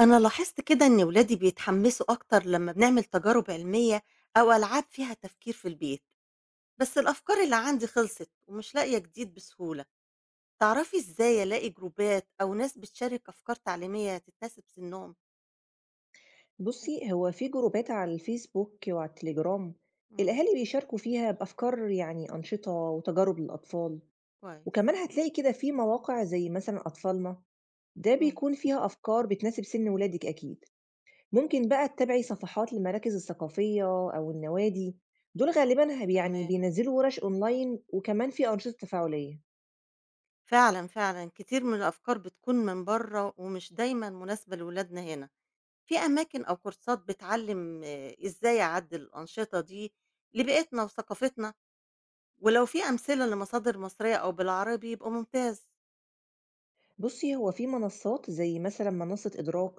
أنا لاحظت كده إن ولادي بيتحمسوا أكتر لما بنعمل تجارب علمية أو ألعاب فيها تفكير في البيت، بس الأفكار اللي عندي خلصت ومش لاقية جديد بسهولة، تعرفي إزاي ألاقي جروبات أو ناس بتشارك أفكار تعليمية تتناسب سنهم؟ بُصّي، هو في جروبات على الفيسبوك وعلى التليجرام. امم. الأهالي بيشاركوا فيها بأفكار، يعني أنشطة وتجارب للأطفال. كويس، وكمان هتلاقي كده في مواقع زي مثلًا أطفالنا. ده امم. بيكون فيها أفكار بتناسب سن ولادِك أكيد. ممكن بقى تتابعي صفحات المراكز الثقافية أو النوادي. دول غالبًا يعني تمام، بينزّلوا ورش أونلاين، وكمان في أنشطة تفاعلية. فعلا فعلا كتير من الأفكار بتكون من بره ومش دايما مناسبة لولادنا هنا، في أماكن أو كورسات بتعلم إزاي أعدل الأنشطة دي لبيئتنا وثقافتنا؟ ولو في أمثلة لمصادر مصرية أو بالعربي يبقى ممتاز، بُصّي، هو في منصات زي مثلًا منصة إدراك،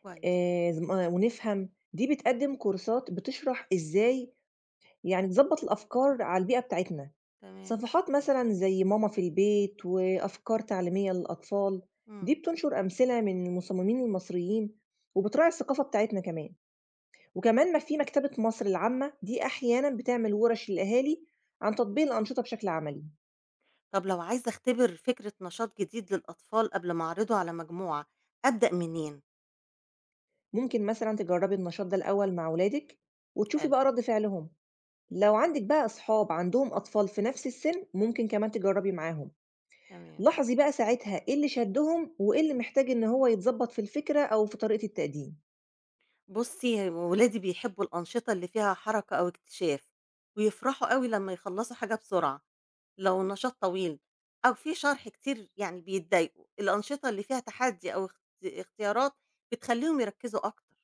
كويس، ز م ونفهم. دي بتقدم كورسات بتشرح إزاي يعني تضبّط الأفكار على البيئة بتاعتنا. تمام، صفحات مثلًا زي ماما في البيت وأفكار تعليمية للأطفال، دي إمم. بتنشر أمثلة من المصممين المصريين وبتراعي الثقافة بتاعتنا كمان. وكمان ما في مكتبة مصر العامة، دي أحيانًا بتعمل ورش للأهالي عن تطبيق الأنشطة بشكل عملي. طب لو عايزة أختبر فكرة نشاط جديد للأطفال قبل ما أعرضه على مجموعة، أبدأ منين؟ ممكن مثلًا تجرّبي النشاط ده الأول مع ولادِك وتشوفي حلو، بقى رَد فعلهم. لو عندِك بقى أصحاب عندهم أطفال في نفس السن، ممكن كمان تجرّبي معاهم. تمام. لاحظي بقى ساعتها إيه اللي شدّهم وإيه اللي محتاج إن هو يتضبّط في الفكرة أو في طريقة التقديم. بُصّي، ولادي بيحبوا الأنشطة اللي فيها حركة أو اكتشاف، ويفرحوا أوي لمّا يخلّصوا حاجة بسرعة لو النشاط طويل أو في شرح كتير يعني بيتضايقوا، الأنشطة اللي فيها تحدي أو اختيارات بتخلّيهم يركّزوا أكتر.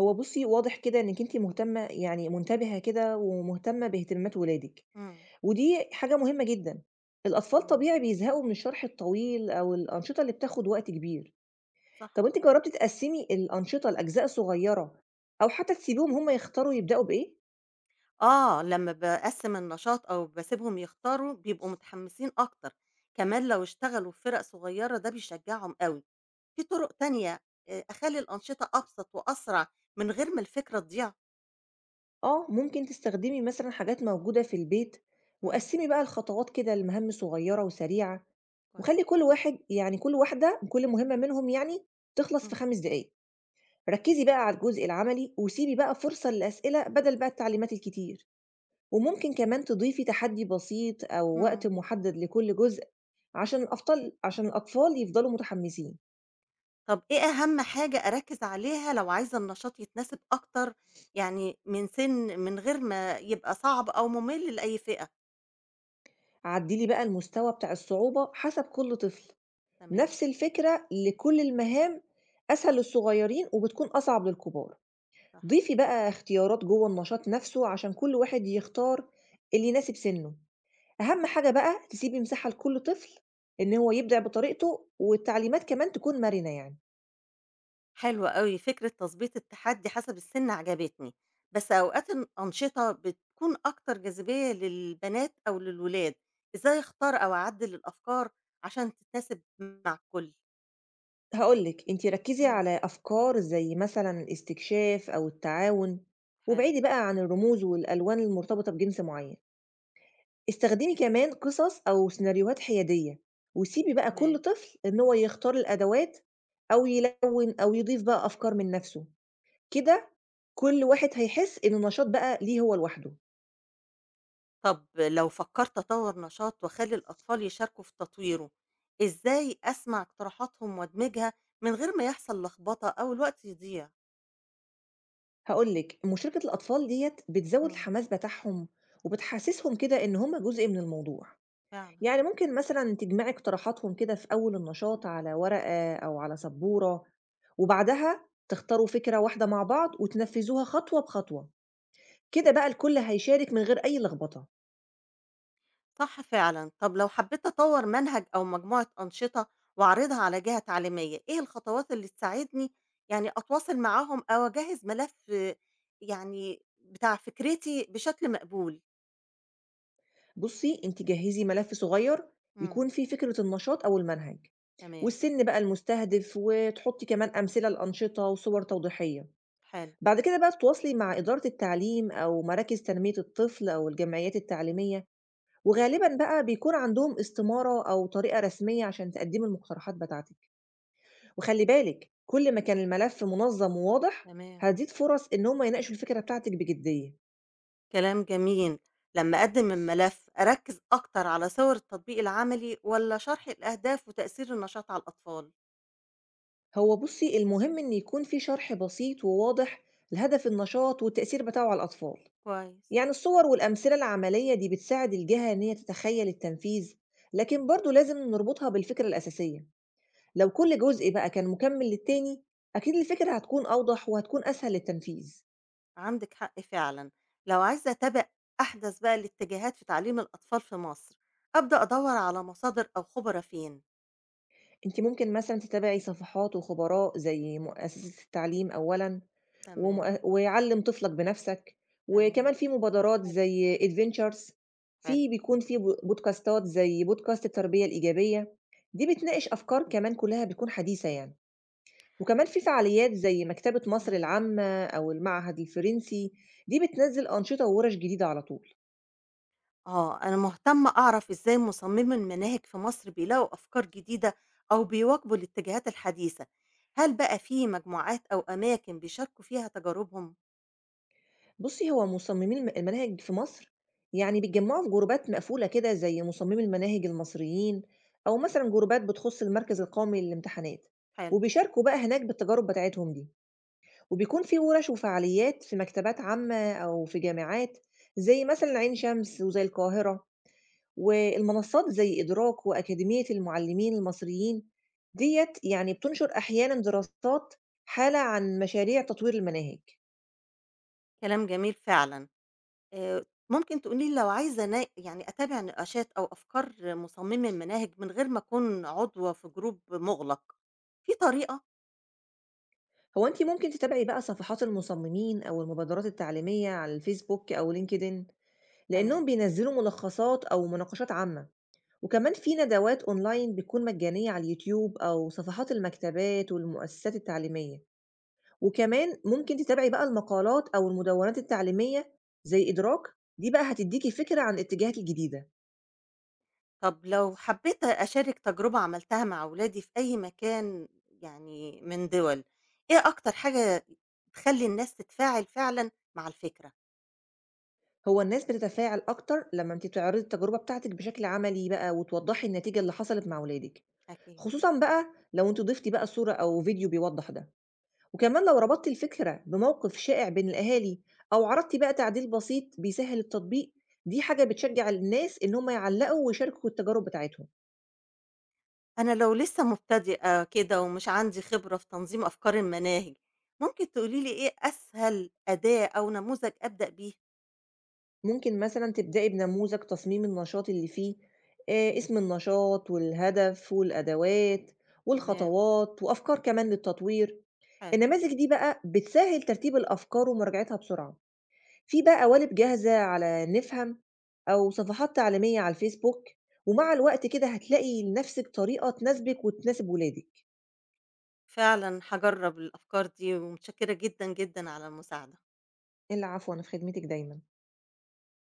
هو بُصّي، واضح كده إنِّك أنتِ مهتمة، يعني منتبهة كده ومهتمة باهتمامات ولادِك، إمم، ودي حاجة مهمة جدًا. الأطفال تمام، طبيعي بيزهقوا من الشرح الطويل أو الأنشطة اللي بتاخد وقت كبير. صح. طَب أنتِ جرّبتِ تقسّمي الأنشطة لأجزاء صغيّرة أو حتى تسيبيهم هم يختاروا يبدأوا بإيه؟ آه، لمّا باقسّم النشاط أو باسيبهم يختاروا، بيبقوا متحمسين أكتر، كمان لو اشتغلوا في فرق صغيّرة ده بيشجّعهم أوي. في طُرق تانية أخلّي الأنشطة أبسط وأسرع من غير ما الفكرة تضيع؟ آه، ممكن تستخدمي مثلًا حاجات موجودة في البيت، إمم، وقسّمي بقى الخطوات كده لمهام صغيّرة وسريعة، وخلّي كويس. كل واحد يعني كل واحدة كل مهمة منهم يعني تخلص في إمم، 5 دقايق. ركّزي بقى على الجزء العملي، وسيبي بقى فرصة للأسئلة بدل بقى التعليمات الكتير. وممكن كمان تضيفي تحدي بسيط أو وقت إمم. محدد لكل جزء عشان الأفطال عشان الأطفال يفضلوا متحمسين. طَب إيه أهم حاجة أركّز عليها لو عايزة النشاط يتناسب أكتر يعني من سِن من غير ما يبقى صعب أو مُمِل لأي فئة؟ عدّلي بقى المستوى بتاع الصعوبة حسب كل طفل. تمام، نفس الفكرة لكل المهام، أسهل للصغيرين وبتكون أصعب للكبار. صح. ضيفي بقى اختيارات جوّه النشاط نفسه عشان كل واحد يختار اللي يناسب سِنّه. أهم حاجة بقى تسيبي مساحة لكل طفل إن هو يبدع بطريقته، والتعليمات كمان تكون مرنة يعني. حلو أوي، فكرة تضبيط التحدّي حسب السِن عجبتني، بس أوقات الأنشطة بتكون أكتر جاذبية للبنات أو للولاد، إزاي أختار أو أعدّل الأفكار عشان تتناسب مع الكل؟ هاقول لِك، أنتِ ركّزي إمم، على أفكار زي مثلًا الاستكشاف أو التعاون، حلو، وابعدي بقى عن الرموز والألوان المرتبطة بجنس معيّن. استخدمي كمان قصص أو سيناريوهات حيادية، وسيبي بقى كل تمام. طفل إن هو يختار الأدوات أو يلون أو يضيف بقى أفكار من نفسه. كده كل واحد هيحس إن النشاط بقى ليه هو لوحده. طب لو فكّرت أطوّر نشاط وأخلّي الأطفال يشاركوا في تطويره، إزاي أسمع اقتراحاتهم وأدمجها من غير ما يحصل لخبطة أو الوقت يضيع؟ هقولك، مشاركة الأطفال ديت بتزود إمم، الحماس بتاعهم وبتحسسهم كده إن هم جزء من الموضوع. فعلًا. يعني ممكن مثلا تجمعي اقتراحاتهم كده في أول النشاط على ورقة أو على سبورة، وبعدها تختاروا فكرة واحدة مع بعض وتنفذوها خطوة بخطوة. كده بقى الكل هيشارك من غير أي لخبطة. صح فعلا طب لو حبيت أطور منهج أو مجموعة أنشطة وأعرضها على جهة تعليمية إيه الخطوات اللي تساعدني يعني أتواصل معاهم أو أجهز ملف يعني بتاع فكرتي بشكل مقبول. بُصّي، أنتِ جهّزي ملف صغير يكون مم. فيه فكرة النشاط أو المنهج، تمام. والسِن بقى المستهدف، وتحطّي كمان أمثلة لأنشطة وصور توضيحية. حلو. بعد كده بقى تتواصلي مع إدارة التعليم أو مراكز تنمية الطفل أو الجمعيات التعليمية، وغالبًا بقى بيكون عندهم استمارة أو طريقة رسمية عشان تقدّمي المقترحات بتاعتِك. وخلّي بالِك، كل ما كان الملف منظّم وواضح، تمام. هتزيد فرص إن هم يناقشوا الفكرة بتاعتِك بجدية. كلام جميل. لما أقدم الملف أركز أكتر على صور التطبيق العملي ولا شرح الأهداف وتأثير النشاط على الأطفال؟ هو بُصّي، المهم إن يكون في شرح بسيط وواضح لهدف النشاط والتأثير بتاعه على الأطفال. كويس. يعني الصور والأمثلة العملية دي بتساعد الجهة إن هي تتخيّل التنفيذ، لكن برضه لازم نربطها بالفكرة الأساسية. لو كل جزء بقى كان مكمّل للتاني، أكيد الفكرة هتكون أوضح وهتكون أسهل للتنفيذ. عندِك حق فعلًا، لو عايزة أتابع أحدث بقى الاتجاهات في تعليم الأطفال في مصر، أبدأ أدوّر على مصادر أو خبرا فين؟ أنتِ ممكن مثلًا تتابعي صفحات وخبراء زي مؤسسة التعليم أولًا، تمام، وعلِّم طفلك بنفسك، تمام، وكمان في مبادرات حلو، زي adventures. حلو، بيكون في بودكاستات زي بودكاست التربية الإيجابية، دي بتناقش أفكار، كمان كلها بتكون حديثة يعني. وكمان في فعاليات زي مكتبة مصر إمم، العامة أو المعهد الفرنسي، دي بتنزّل أنشطة وورش جديدة على طول. آه، أنا مهتمة أعرف إزاي مصممي المناهج في مصر بيلاقوا أفكار جديدة أو بيواكبوا الاتجاهات الحديثة، هل بقى في مجموعات أو أماكن بيشاركوا فيها تجاربهم؟ بُصّي، هو مصممين المناهج في مصر يعني بيتجمّعوا في جروبات مقفولة كده زي مصممي المناهج المصريين، أو مثلًا جروبات بتخُص المركز القومي للامتحانات، حلو، وبيشاركوا بقى هناك بالتجارب بتاعتهم دي. وبيكون في وِرَش وفعاليات في مكتبات عامة أو في جامعات زي مثلًا عين شمس وزي القاهرة، والمنصات زي إدراك وأكاديمية المعلمين المصريين. ديّة يعني بتنشر أحيانًا دراسات حالة عن مشاريع تطوير المناهج. كلام جميل فعلًا. آآ، ممكن تقولي لي لو عايزة أنا يعني أتابع نقاشات أو أفكار مصممي المناهج من غير ما أكون عضوة في جروب مُغلق، في طريقة؟ هو أنتِ ممكن تتابعي بقى صفحات المصممين أو المبادرات التعليمية على الفيسبوك أو لينكدإن، تمام. لإنهم بينزّلوا ملخصات أو مناقشات عامة. وكمان في ندوات أونلاين بتكون مجانية على اليوتيوب أو صفحات المكتبات والمؤسسات التعليمية. وكمان ممكن تتابعي بقى المقالات أو المدونات التعليمية زي إدراك، دي بقى هتدّيكِ فكرة عن الاتجاهات الجديدة. طب لو حبيت أشارك تجربة عملتها مع أولادي في أي مكان يعني من دِوَل، إيه أكتر حاجة تخلّي الناس تتفاعل فعلًا مع الفكرة؟ هو الناس بتتفاعل أكتر لمّا أنتِ تعرضي التجربة بتاعتِك بشكل عملي بقى وتوضّحي النتيجة اللي حصلت مع ولادِك. أكيد. خصوصًا بقى لو أنتِ ضفتِ بقى صورة أو فيديو بيوضّح ده، وكمان لو ربطتِ الفكرة بموقف شائع بين الأهالي أو عرضتِ بقى تعديل بسيط بيسهّل التطبيق، دي حاجة بتشجّع الناس إن هم يعلّقوا ويشاركوا التجارب بتاعتهم. أنا لو لسه مبتدئة كده ومش عندي خبرة في تنظيم أفكار المناهج، ممكن تقولي لي إيه أسهل أداة أو نموذج أبدأ بيه؟ ممكن مثلًا تبدئي بنموذج تصميم النشاط اللي فيه اسم النشاط والهدف والأدوات تمام، والخطوات وأفكار كمان للتطوير. حلو. النماذج دي بقى بتسهّل ترتيب الأفكار ومراجعتها بسرعة. في بقى قوالب جاهزة على نفهم أو صفحات تعليمية على الفيسبوك، ومع الوقت كده هتلاقي لنفسِك طريقة تناسبِك وتناسب ولادِك. فعلًا هاجرّب الأفكار دي، ومتشكرة جدًا، جدًا على المساعدة. العفو، أنا في خدمتِك دايمًا.